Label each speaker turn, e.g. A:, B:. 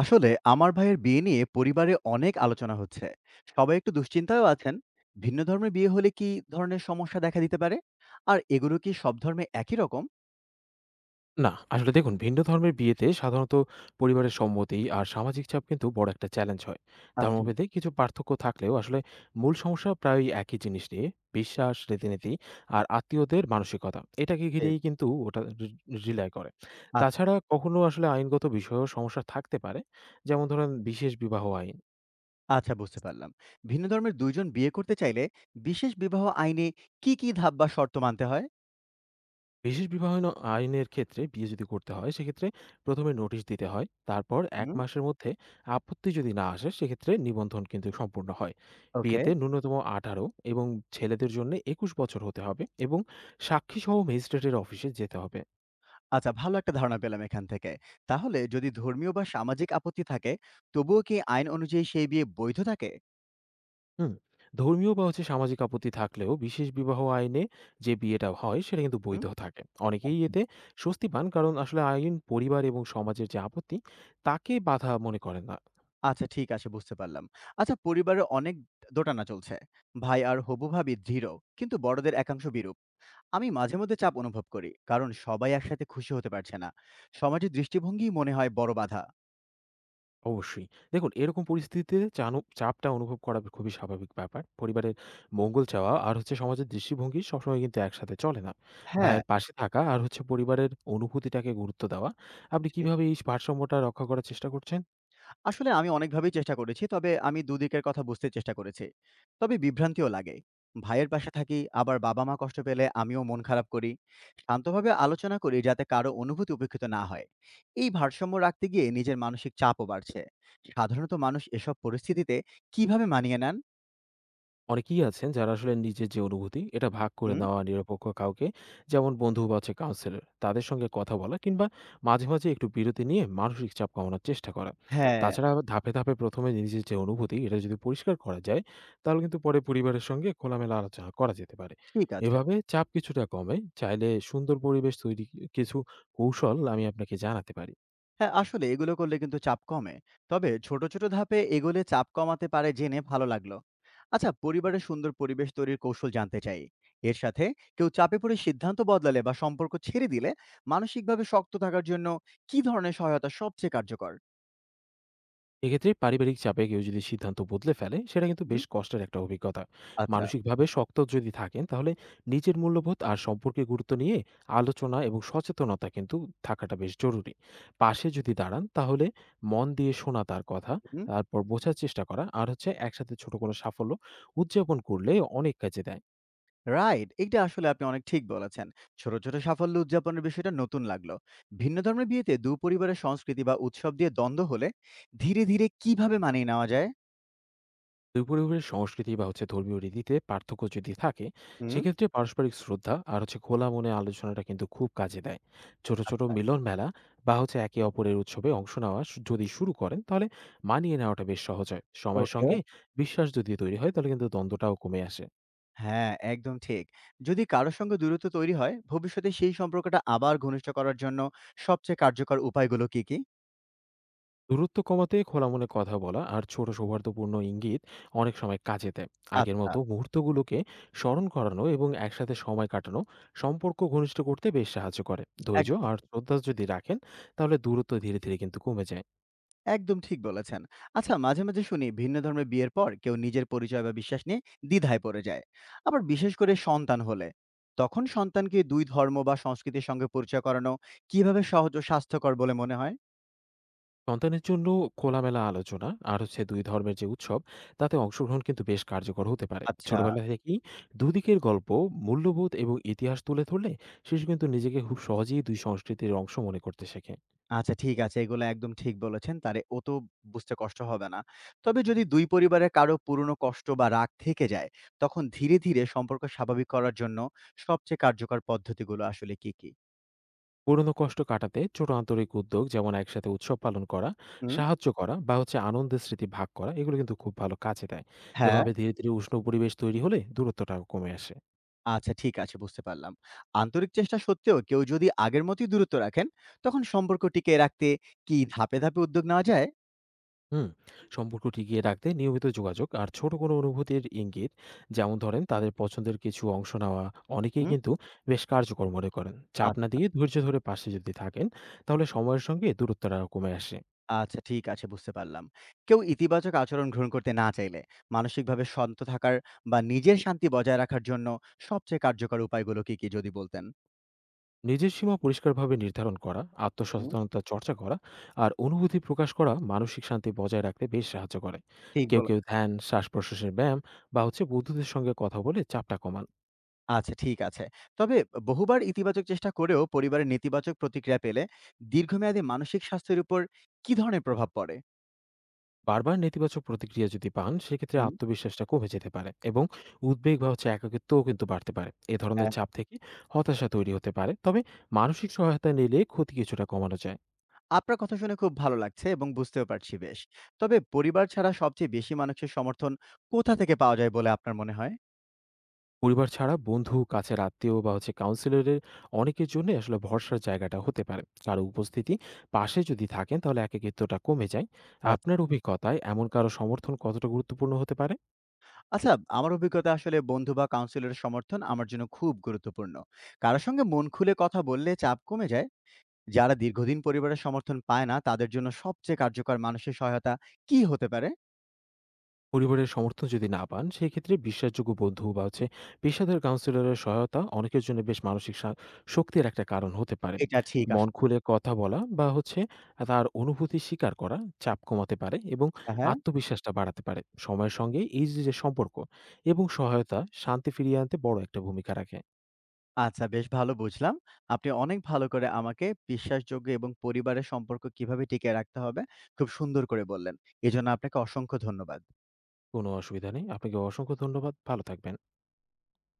A: আসলে আমার ভাইয়ের বিয়ে নিয়ে পরিবারে অনেক আলোচনা হচ্ছে। সবাই একটু দুশ্চিন্তায়ও আছেন। ভিন্ন ধর্মের বিয়ে হলে কি ধরনের সমস্যা দেখা দিতে পারে? আর এগুলো কি সব ধর্মে একই রকম?
B: না, আসলে দেখুন ভিন্ন ধর্মের বিয়েতে সাধারণত পরিবারের সম্মতি আর সামাজিক চাপ কিন্তু বড় একটা চ্যালেঞ্জ হয়।
A: আচ্ছা।
B: ধর্মভেদে কিছু পার্থক্য থাকলেও আসলে মূল সমস্যা প্রায়ই একই জিনিস নিয়ে বিশ্বাস, রীতিনীতি আর আত্মীয়দের মানসিকতা। এটাকে
A: বেশ।
B: ঘিরেই কিন্তু ওটা রিলাই করে।
A: আচ্ছা।
B: তাছাড়া কখনো আসলে আইনগত বিষয়েও সমস্যা থাকতে পারে। যেমন ধরেন বিশেষ বিবাহ আইন।
A: আচ্ছা, বুঝতে পারলাম। ভিন্ন ধর্মের দুইজন বিয়ে করতে চাইলে বিশেষ বিবাহ আইনে কি কি ধাপ বা শর্ত মানতে হয়?
B: বিশেষ বিবাহ আইনের ক্ষেত্রে বিয়ে যদি করতে হয় সেক্ষেত্রে প্রথমে নোটিশ দিতে হয়, তারপর এক
A: হুম।
B: মাসের মধ্যে আপত্তি যদি না আসে সেক্ষেত্রে নিবন্ধন কিন্তু সম্পূর্ণ হয়।
A: ওকে।
B: বিয়েতে ন্যূনতম 18 এবং ছেলেদের জন্য 21 বছর হতে হবে এবং সাক্ষী সহ ম্যাজিস্ট্রেটের অফিসে যেতে হবে।
A: আচ্ছা, ভালো একটা ধারণা পেলাম এখান থেকে। তাহলে যদি ধর্মীয় বা সামাজিক আপত্তি থাকে, তবুও কি আইন অনুযায়ী সেই বিয়ে বৈধ থাকে?
B: হুম, ধর্মীয় বা হচ্ছে সামাজিক আপত্তি থাকলেও বিশেষ বিবাহ আইনে যে বিয়েটা হয় সেটা কিন্তু
A: হুম।
B: বৈধ থাকে। অনেকেই এতে স্বস্তি পান, কারণ আসলে আইন পরিবার এবং সমাজের যে আপত্তি তাকে বাধা মনে করেন না।
A: আচ্ছা, ঠিক আছে, বুঝতে পারলাম। আচ্ছা, পরিবারে অনেক দোটানা চলছে। ভাই আর হবু ভাবি দৃঢ়, কিন্তু বড়দের একাংশ বিরূপ। আমি মাঝে মধ্যে চাপ অনুভব করি, কারণ সবাই একসাথে খুশি হতে পারছে না। সমাজের দৃষ্টিভঙ্গিই মনে হয় বড় বাধা।
B: অবশ্যই। দেখুন এরকম পরিস্থিতিতে চাপটা অনুভব করা খুবই স্বাভাবিক ব্যাপার। পরিবারের মঙ্গল চাওয়া আর হচ্ছে সমাজের দৃষ্টিভঙ্গি সবসময় কিন্তু একসাথে চলে না।
A: হ্যাঁ।
B: ভাইয়ের পাশে থাকা আর হচ্ছে পরিবারের অনুভূতিটাকে গুরুত্ব দেওয়া। আপনি
A: বুঝছি।
B: কিভাবে এই ভারসাম্যটা রক্ষা করার চেষ্টা করছেন?
A: আসলে আমি অনেকভাবেই চেষ্টা করেছি। তবে আমি দুদিকের কথা বুঝতে চেষ্টা করেছি। তবে বিভ্রান্তিও লাগে। ভাইয়ের পাশে থাকি, আবার বাবা-মা কষ্ট পেলে আমিও মন খারাপ করি। শান্তভাবে আলোচনা করি যাতে কারো অনুভূতি উপেক্ষিত না হয়। এই ভারসাম্য রাখতে গিয়ে নিজের মানসিক চাপও বাড়ছে। সাধারণত মানুষ এসব পরিস্থিতিতে কিভাবে মানিয়ে নেন?
B: অনেকেই আছেন যারা আসলে নিজের যে অনুভূতি এটা ভাগ করে
A: হুম।
B: নেওয়া নিরপেক্ষ কাউকে, যেমন বন্ধু বা হচ্ছে কাউন্সিলর, তাদের সঙ্গে কথা বলা কিংবা মাঝে মাঝে একটু বিরতি নিয়ে মানসিক চাপ কমানোর চেষ্টা করা।
A: হ্যাঁ।
B: তাছাড়া আবার ধাপে ধাপে প্রথমে নিজের যে অনুভূতি এটা যদি পরিষ্কার করা যায় তাহলে কিন্তু পরে পরিবারের সঙ্গে খোলামেলা আলোচনা করা যেতে পারে।
A: ঠিক আছে।
B: এভাবে চাপ কিছুটা কমে, চাইলে সুন্দর পরিবেশ তৈরি কিছু কৌশল আমি আপনাকে জানাতে পারি।
A: হ্যাঁ, আসলে এগুলো করলে কিন্তু চাপ কমে। তবে ছোট, ছোট ধাপে এগোলে চাপ কমাতে পারে জেনে ভালো লাগলো। আচ্ছা, পরিবারে সুন্দর পরিবেশ তৈরির কৌশল জানতে চাই। এর সাথে কেউ চাপে পড়ে সিদ্ধান্ত বদলালে বা সম্পর্ক ছেড়ে দিলে মানসিকভাবে শক্ত থাকার জন্য কি ধরনের সহায়তা সবচেয়ে কার্যকর?
B: এক্ষেত্রে পারিবারিক চাপে কেউ যদি সিদ্ধান্ত বদলে ফেলে সেটা কিন্তু
A: হুম।
B: বেশ কষ্টের একটা অভিজ্ঞতা।
A: আচ্ছা।
B: মানসিকভাবে শক্ত যদি থাকেন তাহলে নিজের মূল্যবোধ আর সম্পর্কে গুরুত্ব নিয়ে আলোচনা এবং সচেতনতা কিন্তু থাকাটা বেশ জরুরি। পাশে যদি দাঁড়ান তাহলে মন দিয়ে শোনা তার কথা,
A: হুম।
B: তারপর বোঝার চেষ্টা করা আর হচ্ছে একসাথে ছোট কোনো সাফল্য উদযাপন করলে অনেক কাজে দেয়।
A: রাইট। এইটা আসলে আপনি অনেক ঠিক বলেছেন। ছোট, ছোট সাফল্য উদযাপনের বিষয়টা নতুন লাগলো। ভিন্ন ধর্মের বিয়েতে ২ পরিবারের সংস্কৃতি বা উৎসব দিয়ে দ্বন্দ্ব হলে ধীরে, ধীরে কিভাবে মানিয়ে নেওয়া যায়?
B: দুই পরিবারের সংস্কৃতি বা হচ্ছে ধর্মীয় রীতিতে পার্থক্য যদি থাকে
A: হুম।
B: সেক্ষেত্রে পারস্পরিক শ্রদ্ধা আর হচ্ছে খোলা মনে আলোচনাটা কিন্তু খুব কাজে দেয়। ছোট ছোট
A: আচ্ছা।
B: মিলন মেলা বা হচ্ছে একে অপরের উৎসবে অংশ নেওয়া যদি শুরু করেন তাহলে মানিয়ে নেওয়াটা বেশ সহজ হয় সময়ের
A: ওকে।
B: সঙ্গে। বিশ্বাস যদি তৈরি হয় তাহলে কিন্তু দ্বন্দ্বটাও কমে আসে।
A: হ্যাঁ, একদম ঠিক। যদি কারো সঙ্গে দূরত্ব তৈরি হয়, ভবিষ্যতে সেই সম্পর্কটা আবার ঘনিষ্ঠ করার জন্য সবচেয়ে কার্যকর উপায়গুলো কি, কি?
B: দূরত্ব কমাতে খোলা মনে কথা বলা আর ছোট সৌহার্দ্যপূর্ণ ইঙ্গিত অনেক সময় কাজে দেয়। আগের
A: আচ্ছা।
B: মতো মুহূর্তগুলোকে স্মরণ করানো এবং একসাথে সময় কাটানো সম্পর্ক ঘনিষ্ঠ করতে বেশ সাহায্য করে। ধৈর্য
A: একদম।
B: আর শ্রদ্ধা যদি রাখেন তাহলে দূরত্ব ধীরে ধীরে কিন্তু কমে যায়।
A: একদম ঠিক বলেছেন। আচ্ছা, মাঝে, মাঝে শুনি ভিন্ন ধর্মের বিয়ের পর কেউ নিজের পরিচয় বা বিশ্বাস নিয়ে দ্বিধায় পড়ে যায়। আবার বিশেষ করে সন্তান হলে। তখন সন্তানকে ২ ধর্ম বা সংস্কৃতির সঙ্গে পরিচয় করানো কিভাবে সহজ ও স্বাস্থ্যকর বলে মনে হয়?
B: সন্তানের জন্য খোলামেলা আলোচনা আর হচ্ছে দুই ধর্মের যে উৎসব তাতে অংশগ্রহণ কিন্তু বেশ কার্যকর হতে পারে
A: আচ্ছা।
B: ছোটবেলা থেকেই। দুদিকের গল্প, মূল্যবোধ এবং ইতিহাস তুলে ধরলে শিশু কিন্তু নিজেকে খুব সহজেই দুই সংস্কৃতির অংশ মনে করতে শেখে।
A: আচ্ছা, ঠিক আছে। এগুলো একদম ঠিক বলেছেন। তারে ও তো বুঝতে কষ্ট হবে না। তবে যদি ২ পরিবারের কারো পুরনো কষ্ট বা রাগ থেকে যায়, তখন ধীরে, ধীরে সম্পর্ক স্বাভাবিক করার জন্য সবচেয়ে কার্যকর পদ্ধতিগুলো আসলে কি, কি?
B: পুরোনো কষ্ট কাটাতে ছোট আন্তরিক উদ্যোগ, যেমন একসাথে উৎসব পালন করা,
A: হুম।
B: সাহায্য করা বা হচ্ছে আনন্দের স্মৃতি ভাগ করা, এগুলো কিন্তু খুব ভালো কাজে দেয়।
A: হ্যাঁ।
B: এভাবে ধীরে ধীরে উষ্ণ পরিবেশ তৈরি হলে দূরত্বটাও কমে আসে।
A: আচ্ছা, ঠিক আছে, বুঝতে পারলাম। আন্তরিক চেষ্টা সত্ত্বেও কেউ যদি আগের মতোই দূরত্ব রাখেন, তখন সম্পর্ক টিকিয়ে রাখতে কি ধাপে, ধাপে উদ্যোগ নেওয়া যায়?
B: হুম। সম্পর্ক টিকিয়ে রাখতে নিয়মিত যোগাযোগ আর ছোট কোনো অনুভূতির ইঙ্গিত, যেমন ধরেন তাদের পছন্দের কিছু অংশ নেওয়া, অনেকেই
A: হুম।
B: কিন্তু বেশ কার্যকর মনে করেন। চাপ না দিয়ে ধৈর্য ধরে পাশে যদি থাকেন তাহলে সময়ের সঙ্গে দূরত্বটা কমে আসে।
A: আচ্ছা, ঠিক আছে, বুঝতে পারলাম। কেউ ইতিবাচক আচরণ গ্রহণ করতে না চাইলে মানসিকভাবে শান্ত থাকার বা নিজের শান্তি বজায় রাখার জন্য সবচেয়ে কার্যকর উপায়গুলো কি, কি যদি বলতেন?
B: নিজের সীমা পরিষ্কারভাবে নির্ধারণ করা,
A: হুম।
B: আত্মসচেতনতা চর্চা করা আর অনুভূতি প্রকাশ করা মানসিক শান্তি বজায় রাখতে বেশ সাহায্য করে।
A: ঠিক
B: কেউ,
A: বলে
B: কেউ ধ্যান, শ্বাসপ্রশ্বাসের ব্যায়াম বা হচ্ছে বন্ধুদের সঙ্গে কথা বলে চাপটা কমান।
A: আচ্ছা, ঠিক আছে। তবে বহুবার ইতিবাচক চেষ্টা করেও পরিবারের নেতিবাচক প্রতিক্রিয়া পেলে দীর্ঘমেয়াদী মানসিক স্বাস্থ্যের উপর কি ধরনের প্রভাব পড়ে?
B: বারবার নেতিবাচক প্রতিক্রিয়া যদি পান, সেক্ষেত্রে
A: হুম।
B: আত্মবিশ্বাসটা কমে যেতে পারে এবং উদ্বেগ বা হচ্ছে একাকিত্বও কিন্তু বাড়তে পারে। এ ধরনের
A: হ্যাঁ।
B: চাপ থেকে হতাশা তৈরি হতে পারে। তবে মানসিক সহায়তা নিলে ক্ষতি কিছুটা কমানো যায়।
A: আপনার কথা শুনে খুব ভালো লাগছে এবং বুঝতেও পারছি বেশ। তবে পরিবার ছাড়া সবচেয়ে বেশি মানুষের সমর্থন কোথা থেকে পাওয়া যায় বলে আপনার মনে হয়?
B: পরিবার ছাড়া বন্ধু, কাছের আত্মীয় বা হচ্ছে কাউন্সিলরের অনেকের জন্যই আসলে ভরসার জায়গাটা হতে পারে। কারো উপস্থিতি পাশে যদি থাকেন তাহলে একাকিত্বটা কমে যায়।
A: আচ্ছা।
B: আপনার অভিজ্ঞতায় এমন কারো সমর্থন কতটা গুরুত্বপূর্ণ হতে পারে?
A: আচ্ছা, আমার অভিজ্ঞতা আসলে বন্ধু বা কাউন্সিলরের সমর্থন আমার জন্য খুব গুরুত্বপূর্ণ। কারো সঙ্গে মন খুলে কথা বললে চাপ কমে যায়। যারা দীর্ঘদিন পরিবারের সমর্থন পায় না, তাদের জন্য সবচেয়ে কার্যকর মানসিক সহায়তা কি হতে পারে?
B: পরিবারের সমর্থন যদি না পান সেই ক্ষেত্রে বিশ্বাসযোগ্য বন্ধু বা হচ্ছে পেশাদার কাউন্সিলরের সহায়তা অনেকের জন্য বেশ মানসিক শক্তির একটা কারণ হতে পারে।
A: এটা ঠিক
B: মন
A: আসলে
B: খুলে কথা বলা বা হচ্ছে তার অনুভূতি স্বীকার করা চাপ কমাতে পারে এবং
A: হ্যাঁ,
B: আত্মবিশ্বাসটা বাড়াতে পারে সময়ের সঙ্গে। এই যে যে সম্পর্ক এবং সহায়তা শান্তি ফিরিয়ে আনতে বড় একটা ভূমিকা রাখে।
A: আচ্ছা, বেশ ভালো বুঝলাম। আপনি অনেক ভালো করে আমাকে বিশ্বাসযোগ্য এবং পরিবারের সম্পর্ক কিভাবে টিকিয়ে রাখতে হবে, খুব সুন্দর করে বললেন। এজন্য আপনাকে অসংখ্য ধন্যবাদ।
B: কোনো অসুবিধা নেই, আপনাকে অসংখ্য ধন্যবাদ, ভালো থাকবেন।